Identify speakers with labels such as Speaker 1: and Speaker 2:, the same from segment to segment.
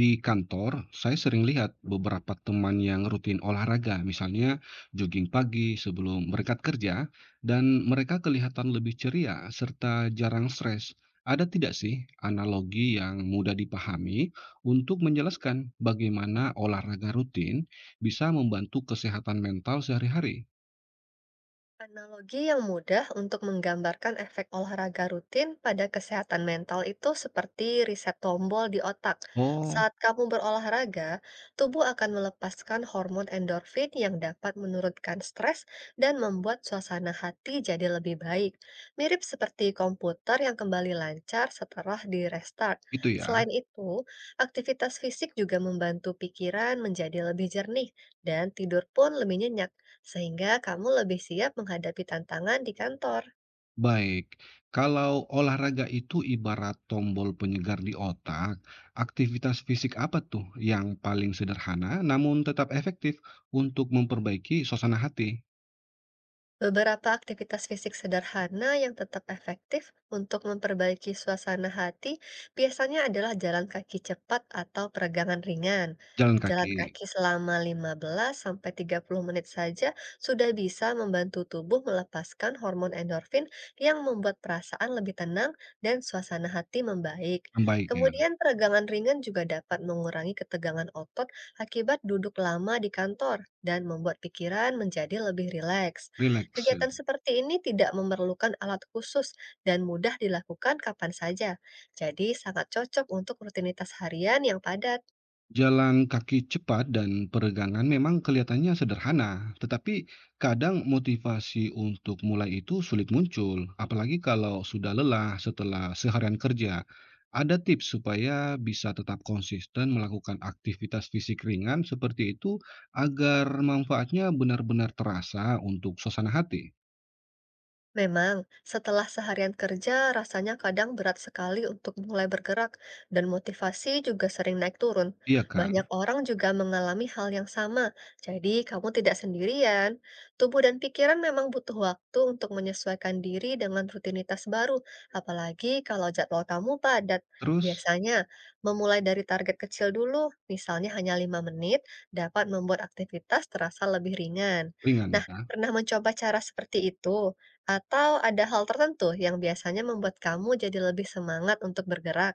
Speaker 1: Di kantor, saya sering lihat beberapa teman yang rutin olahraga, misalnya jogging pagi sebelum berangkat kerja, dan mereka kelihatan lebih ceria serta jarang stres. Ada tidak sih analogi yang mudah dipahami untuk menjelaskan bagaimana olahraga rutin bisa membantu kesehatan mental sehari-hari?
Speaker 2: Analogi yang mudah untuk menggambarkan efek olahraga rutin pada kesehatan mental itu seperti reset tombol di otak.
Speaker 1: Oh,
Speaker 2: Saat kamu berolahraga, tubuh akan melepaskan hormon endorfin yang dapat menurunkan stres dan membuat suasana hati jadi lebih baik. Mirip seperti komputer yang kembali lancar setelah di restart.
Speaker 1: itu ya.
Speaker 2: Selain itu, aktivitas fisik juga membantu pikiran menjadi lebih jernih dan tidur pun lebih nyenyak sehingga kamu lebih siap menghadapi tantangan di kantor.
Speaker 1: Baik, kalau olahraga itu ibarat tombol penyegar di otak, aktivitas fisik apa tuh yang paling sederhana namun tetap efektif untuk memperbaiki suasana hati?
Speaker 2: Beberapa aktivitas fisik sederhana yang tetap efektif untuk memperbaiki suasana hati biasanya adalah jalan kaki cepat atau peregangan ringan.
Speaker 1: Jalan
Speaker 2: Jalan
Speaker 1: kaki,
Speaker 2: kaki selama 15 sampai 30 menit saja sudah bisa membantu tubuh melepaskan hormon endorfin yang membuat perasaan lebih tenang dan suasana hati membaik.
Speaker 1: membaik ya,
Speaker 2: Kemudian peregangan ringan juga dapat mengurangi ketegangan otot akibat duduk lama di kantor dan membuat pikiran menjadi lebih rileks.
Speaker 1: rileks. Ya.
Speaker 2: Kegiatan seperti ini tidak memerlukan alat khusus dan mudah dilakukan kapan saja. Jadi sangat cocok untuk rutinitas harian yang padat.
Speaker 1: Jalan kaki cepat dan peregangan memang kelihatannya sederhana, tetapi kadang motivasi untuk mulai itu sulit muncul, apalagi kalau sudah lelah setelah seharian kerja. Ada tips supaya bisa tetap konsisten melakukan aktivitas fisik ringan seperti itu agar manfaatnya benar-benar terasa untuk suasana hati.
Speaker 2: Memang, setelah seharian kerja, rasanya kadang berat sekali untuk mulai bergerak, dan motivasi juga sering naik turun.
Speaker 1: Iya
Speaker 2: Banyak
Speaker 1: kan?
Speaker 2: orang juga mengalami hal yang sama, jadi kamu tidak sendirian. Tubuh dan pikiran memang butuh waktu untuk menyesuaikan diri dengan rutinitas baru, apalagi kalau jadwal kamu padat.
Speaker 1: Terus
Speaker 2: Biasanya, memulai dari target kecil dulu, misalnya hanya 5 menit, dapat membuat aktivitas terasa lebih ringan.
Speaker 1: ringan
Speaker 2: Nah,
Speaker 1: ya.
Speaker 2: pernah mencoba cara seperti itu? Atau ada hal tertentu yang biasanya membuat kamu jadi lebih semangat untuk bergerak?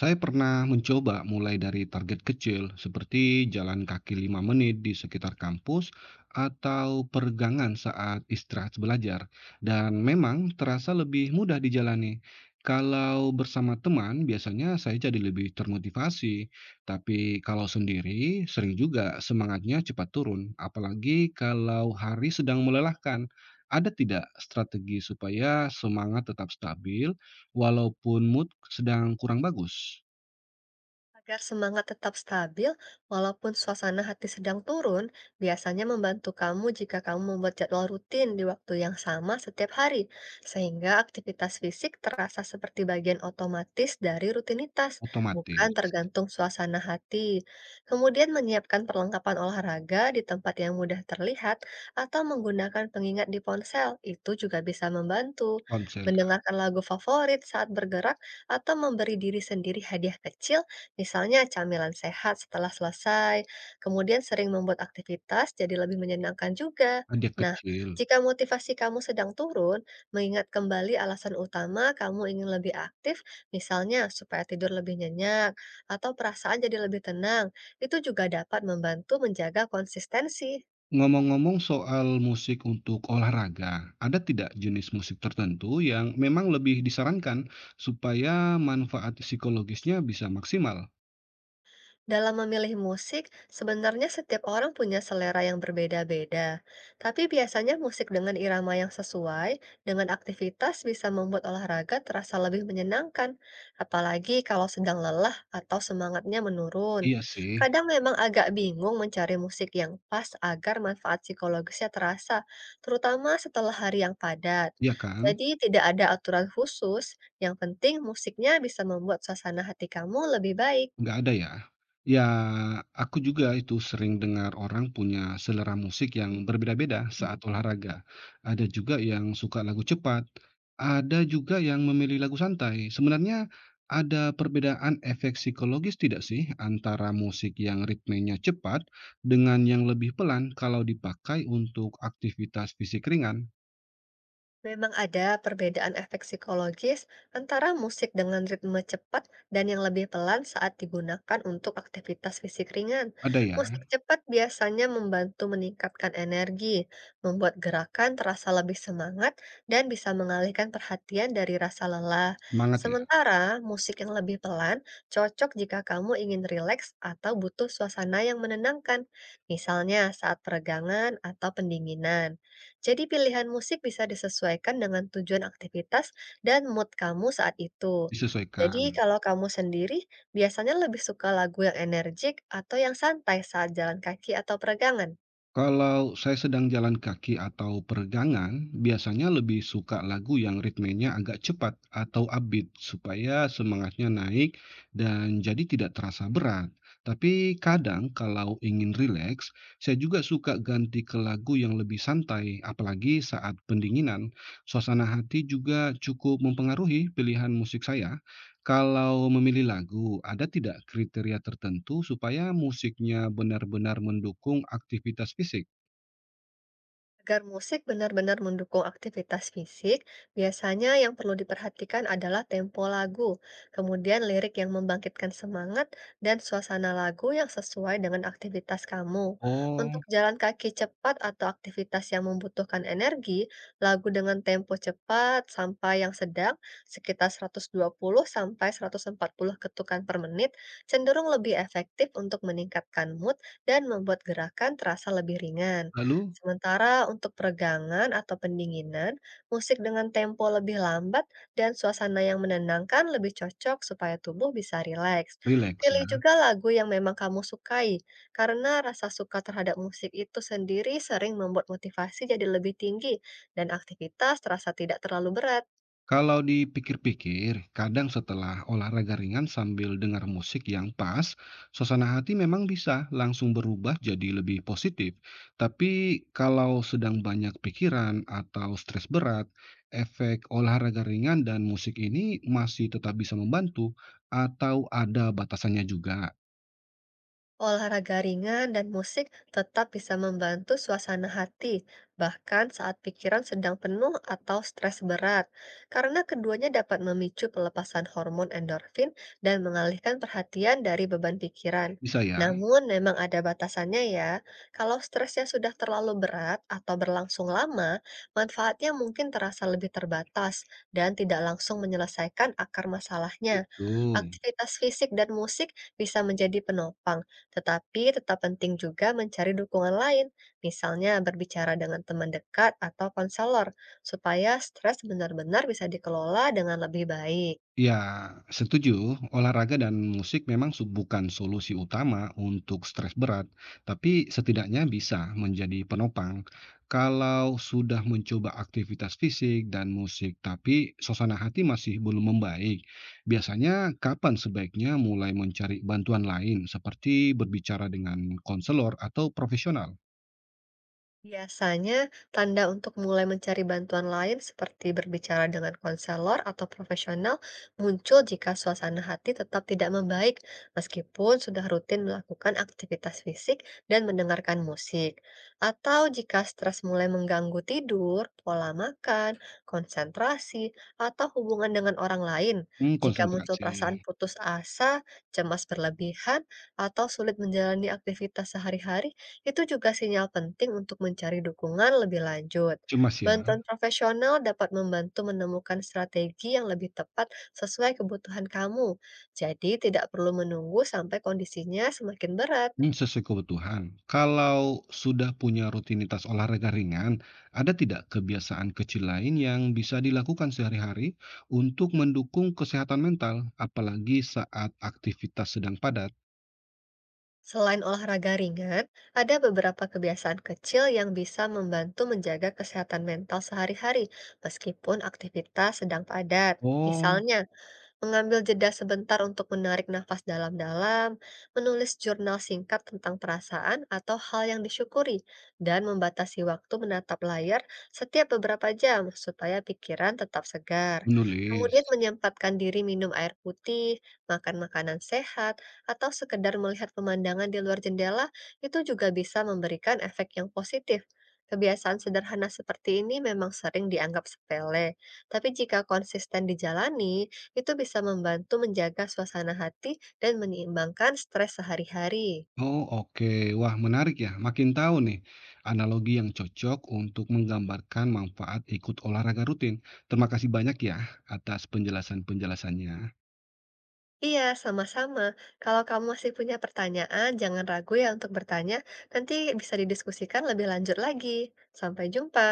Speaker 1: Saya pernah mencoba mulai dari target kecil, seperti jalan kaki 5 menit di sekitar kampus atau peregangan saat istirahat belajar. Dan memang terasa lebih mudah dijalani. Kalau bersama teman, biasanya saya jadi lebih termotivasi. Tapi kalau sendiri, sering juga semangatnya cepat turun. Apalagi kalau hari sedang melelahkan. Ada tidak strategi supaya semangat tetap stabil walaupun mood sedang kurang bagus?
Speaker 2: Agar semangat tetap stabil, walaupun suasana hati sedang turun, biasanya membantu kamu jika kamu membuat jadwal rutin di waktu yang sama setiap hari, sehingga aktivitas fisik terasa seperti bagian otomatis dari rutinitas, bukan
Speaker 1: Otomatis,
Speaker 2: tergantung suasana hati. Kemudian menyiapkan perlengkapan olahraga di tempat yang mudah terlihat atau menggunakan pengingat di ponsel, itu juga bisa membantu.
Speaker 1: ponsel ya,
Speaker 2: Mendengarkan lagu favorit saat bergerak atau memberi diri sendiri hadiah kecil, misalnya camilan sehat setelah selesai, kemudian sering membuat aktivitas jadi lebih menyenangkan juga.
Speaker 1: ada
Speaker 2: Nah,
Speaker 1: kecil.
Speaker 2: jika motivasi kamu sedang turun, mengingat kembali alasan utama kamu ingin lebih aktif, misalnya supaya tidur lebih nyenyak atau perasaan jadi lebih tenang, itu juga dapat membantu menjaga konsistensi.
Speaker 1: Ngomong-ngomong soal musik untuk olahraga, ada tidak jenis musik tertentu yang memang lebih disarankan supaya manfaat psikologisnya bisa maksimal?
Speaker 2: Dalam memilih musik, sebenarnya setiap orang punya selera yang berbeda-beda. Tapi biasanya musik dengan irama yang sesuai dengan aktivitas bisa membuat olahraga terasa lebih menyenangkan, apalagi kalau sedang lelah atau semangatnya menurun.
Speaker 1: Iya sih,
Speaker 2: Kadang memang agak bingung mencari musik yang pas agar manfaat psikologisnya terasa, terutama setelah hari yang padat.
Speaker 1: iya kan?
Speaker 2: Jadi tidak ada aturan khusus, yang penting musiknya bisa membuat suasana hati kamu lebih baik.
Speaker 1: Nggak ada ya? Ya, aku juga itu sering dengar orang punya selera musik yang berbeda-beda saat olahraga. Ada juga yang suka lagu cepat, ada juga yang memilih lagu santai. Sebenarnya ada perbedaan efek psikologis tidak sih antara musik yang ritmenya cepat dengan yang lebih pelan kalau dipakai untuk aktivitas fisik ringan?
Speaker 2: Memang ada perbedaan efek psikologis antara musik dengan ritme cepat dan yang lebih pelan saat digunakan untuk aktivitas fisik ringan.
Speaker 1: Ada
Speaker 2: Musik
Speaker 1: ya?
Speaker 2: cepat biasanya membantu meningkatkan energi, membuat gerakan terasa lebih semangat, dan bisa mengalihkan perhatian dari rasa lelah.
Speaker 1: Semangat ya?
Speaker 2: Sementara musik yang lebih pelan cocok jika kamu ingin rileks atau butuh suasana yang menenangkan, misalnya saat peregangan atau pendinginan. Jadi pilihan musik bisa disesuaikan dengan tujuan aktivitas dan mood kamu saat itu. Jadi
Speaker 1: Disesuaikan.
Speaker 2: kalau kamu sendiri biasanya lebih suka lagu yang energik atau yang santai saat jalan kaki atau peregangan?
Speaker 1: Kalau saya sedang jalan kaki atau peregangan, biasanya lebih suka lagu yang ritmenya agak cepat atau upbeat supaya semangatnya naik dan jadi tidak terasa berat. Tapi kadang kalau ingin rileks, saya juga suka ganti ke lagu yang lebih santai, apalagi saat pendinginan. Suasana hati juga cukup mempengaruhi pilihan musik saya. Kalau memilih lagu, ada tidak kriteria tertentu supaya musiknya benar-benar mendukung aktivitas fisik?
Speaker 2: Agar musik benar-benar mendukung aktivitas fisik, biasanya yang perlu diperhatikan adalah tempo lagu, kemudian lirik yang membangkitkan semangat, dan suasana lagu yang sesuai dengan aktivitas kamu. Untuk
Speaker 1: Oh,
Speaker 2: jalan kaki cepat atau aktivitas yang membutuhkan energi, lagu dengan tempo cepat sampai yang sedang, sekitar 120 sampai 140 ketukan per menit, cenderung lebih efektif untuk meningkatkan mood dan membuat gerakan terasa lebih ringan.
Speaker 1: lalu
Speaker 2: Sementara untuk peregangan atau pendinginan, musik dengan tempo lebih lambat dan suasana yang menenangkan lebih cocok supaya tubuh bisa rileks.
Speaker 1: rileks
Speaker 2: Pilih
Speaker 1: ya.
Speaker 2: juga lagu yang memang kamu sukai, karena rasa suka terhadap musik itu sendiri sering membuat motivasi jadi lebih tinggi dan aktivitas terasa tidak terlalu berat.
Speaker 1: Kalau dipikir-pikir, kadang setelah olahraga ringan sambil dengar musik yang pas, suasana hati memang bisa langsung berubah jadi lebih positif. Tapi kalau sedang banyak pikiran atau stres berat, efek olahraga ringan dan musik ini masih tetap bisa membantu atau ada batasannya juga.
Speaker 2: Olahraga ringan dan musik tetap bisa membantu suasana hati, bahkan saat pikiran sedang penuh atau stres berat, karena keduanya dapat memicu pelepasan hormon endorfin dan mengalihkan perhatian dari beban pikiran.
Speaker 1: Bisa ya?
Speaker 2: Namun, memang ada batasannya ya. Kalau stresnya sudah terlalu berat atau berlangsung lama, manfaatnya mungkin terasa lebih terbatas dan tidak langsung menyelesaikan akar masalahnya.
Speaker 1: Itu.
Speaker 2: Aktivitas fisik dan musik bisa menjadi penopang tetapi tetap penting juga mencari dukungan lain, misalnya berbicara dengan teman dekat atau konselor, supaya stres benar-benar bisa dikelola dengan lebih baik.
Speaker 1: Ya, setuju. Olahraga dan musik memang bukan solusi utama untuk stres berat, tapi setidaknya bisa menjadi penopang. Kalau sudah mencoba aktivitas fisik dan musik, tapi suasana hati masih belum membaik, biasanya kapan sebaiknya mulai mencari bantuan lain, seperti berbicara dengan konselor atau profesional?
Speaker 2: Biasanya, tanda untuk mulai mencari bantuan lain seperti berbicara dengan konselor atau profesional muncul jika suasana hati tetap tidak membaik, meskipun sudah rutin melakukan aktivitas fisik dan mendengarkan musik. Atau jika stres mulai mengganggu tidur, pola makan, konsentrasi, atau hubungan dengan orang lain.
Speaker 1: Hmm,
Speaker 2: Jika muncul
Speaker 1: konsentrasi.
Speaker 2: perasaan putus asa, cemas berlebihan, atau sulit menjalani aktivitas sehari-hari itu juga sinyal penting untuk mencari dukungan lebih lanjut.
Speaker 1: Cemas ya.
Speaker 2: Bantuan profesional dapat membantu menemukan strategi yang lebih tepat sesuai kebutuhan kamu. Jadi, tidak perlu menunggu sampai kondisinya semakin berat.
Speaker 1: Hmm, sesuai kebutuhan. Kalau sudah punya rutinitas olahraga ringan, ada tidak kebiasaan kecil lain yang bisa dilakukan sehari-hari untuk mendukung kesehatan mental, apalagi saat aktivitas sedang padat?
Speaker 2: Selain olahraga ringan, ada beberapa kebiasaan kecil yang bisa membantu menjaga kesehatan mental sehari-hari, meskipun aktivitas sedang padat.
Speaker 1: Oh,
Speaker 2: Misalnya, mengambil jeda sebentar untuk menarik nafas dalam-dalam, menulis jurnal singkat tentang perasaan atau hal yang disyukuri, dan membatasi waktu menatap layar setiap beberapa jam supaya pikiran tetap segar.
Speaker 1: menulis.
Speaker 2: Kemudian menyempatkan diri minum air putih, makan makanan sehat, atau sekedar melihat pemandangan di luar jendela itu juga bisa memberikan efek yang positif. Kebiasaan sederhana seperti ini memang sering dianggap sepele, tapi jika konsisten dijalani, itu bisa membantu menjaga suasana hati dan menyeimbangkan stres sehari-hari.
Speaker 1: Oh, oke. Wah, menarik ya. Makin tahu nih analogi yang cocok untuk menggambarkan manfaat ikut olahraga rutin. Terima kasih banyak ya atas penjelasan-penjelasannya.
Speaker 2: Iya, sama-sama. Kalau kamu masih punya pertanyaan, jangan ragu ya untuk bertanya. Nanti bisa didiskusikan lebih lanjut lagi. Sampai jumpa.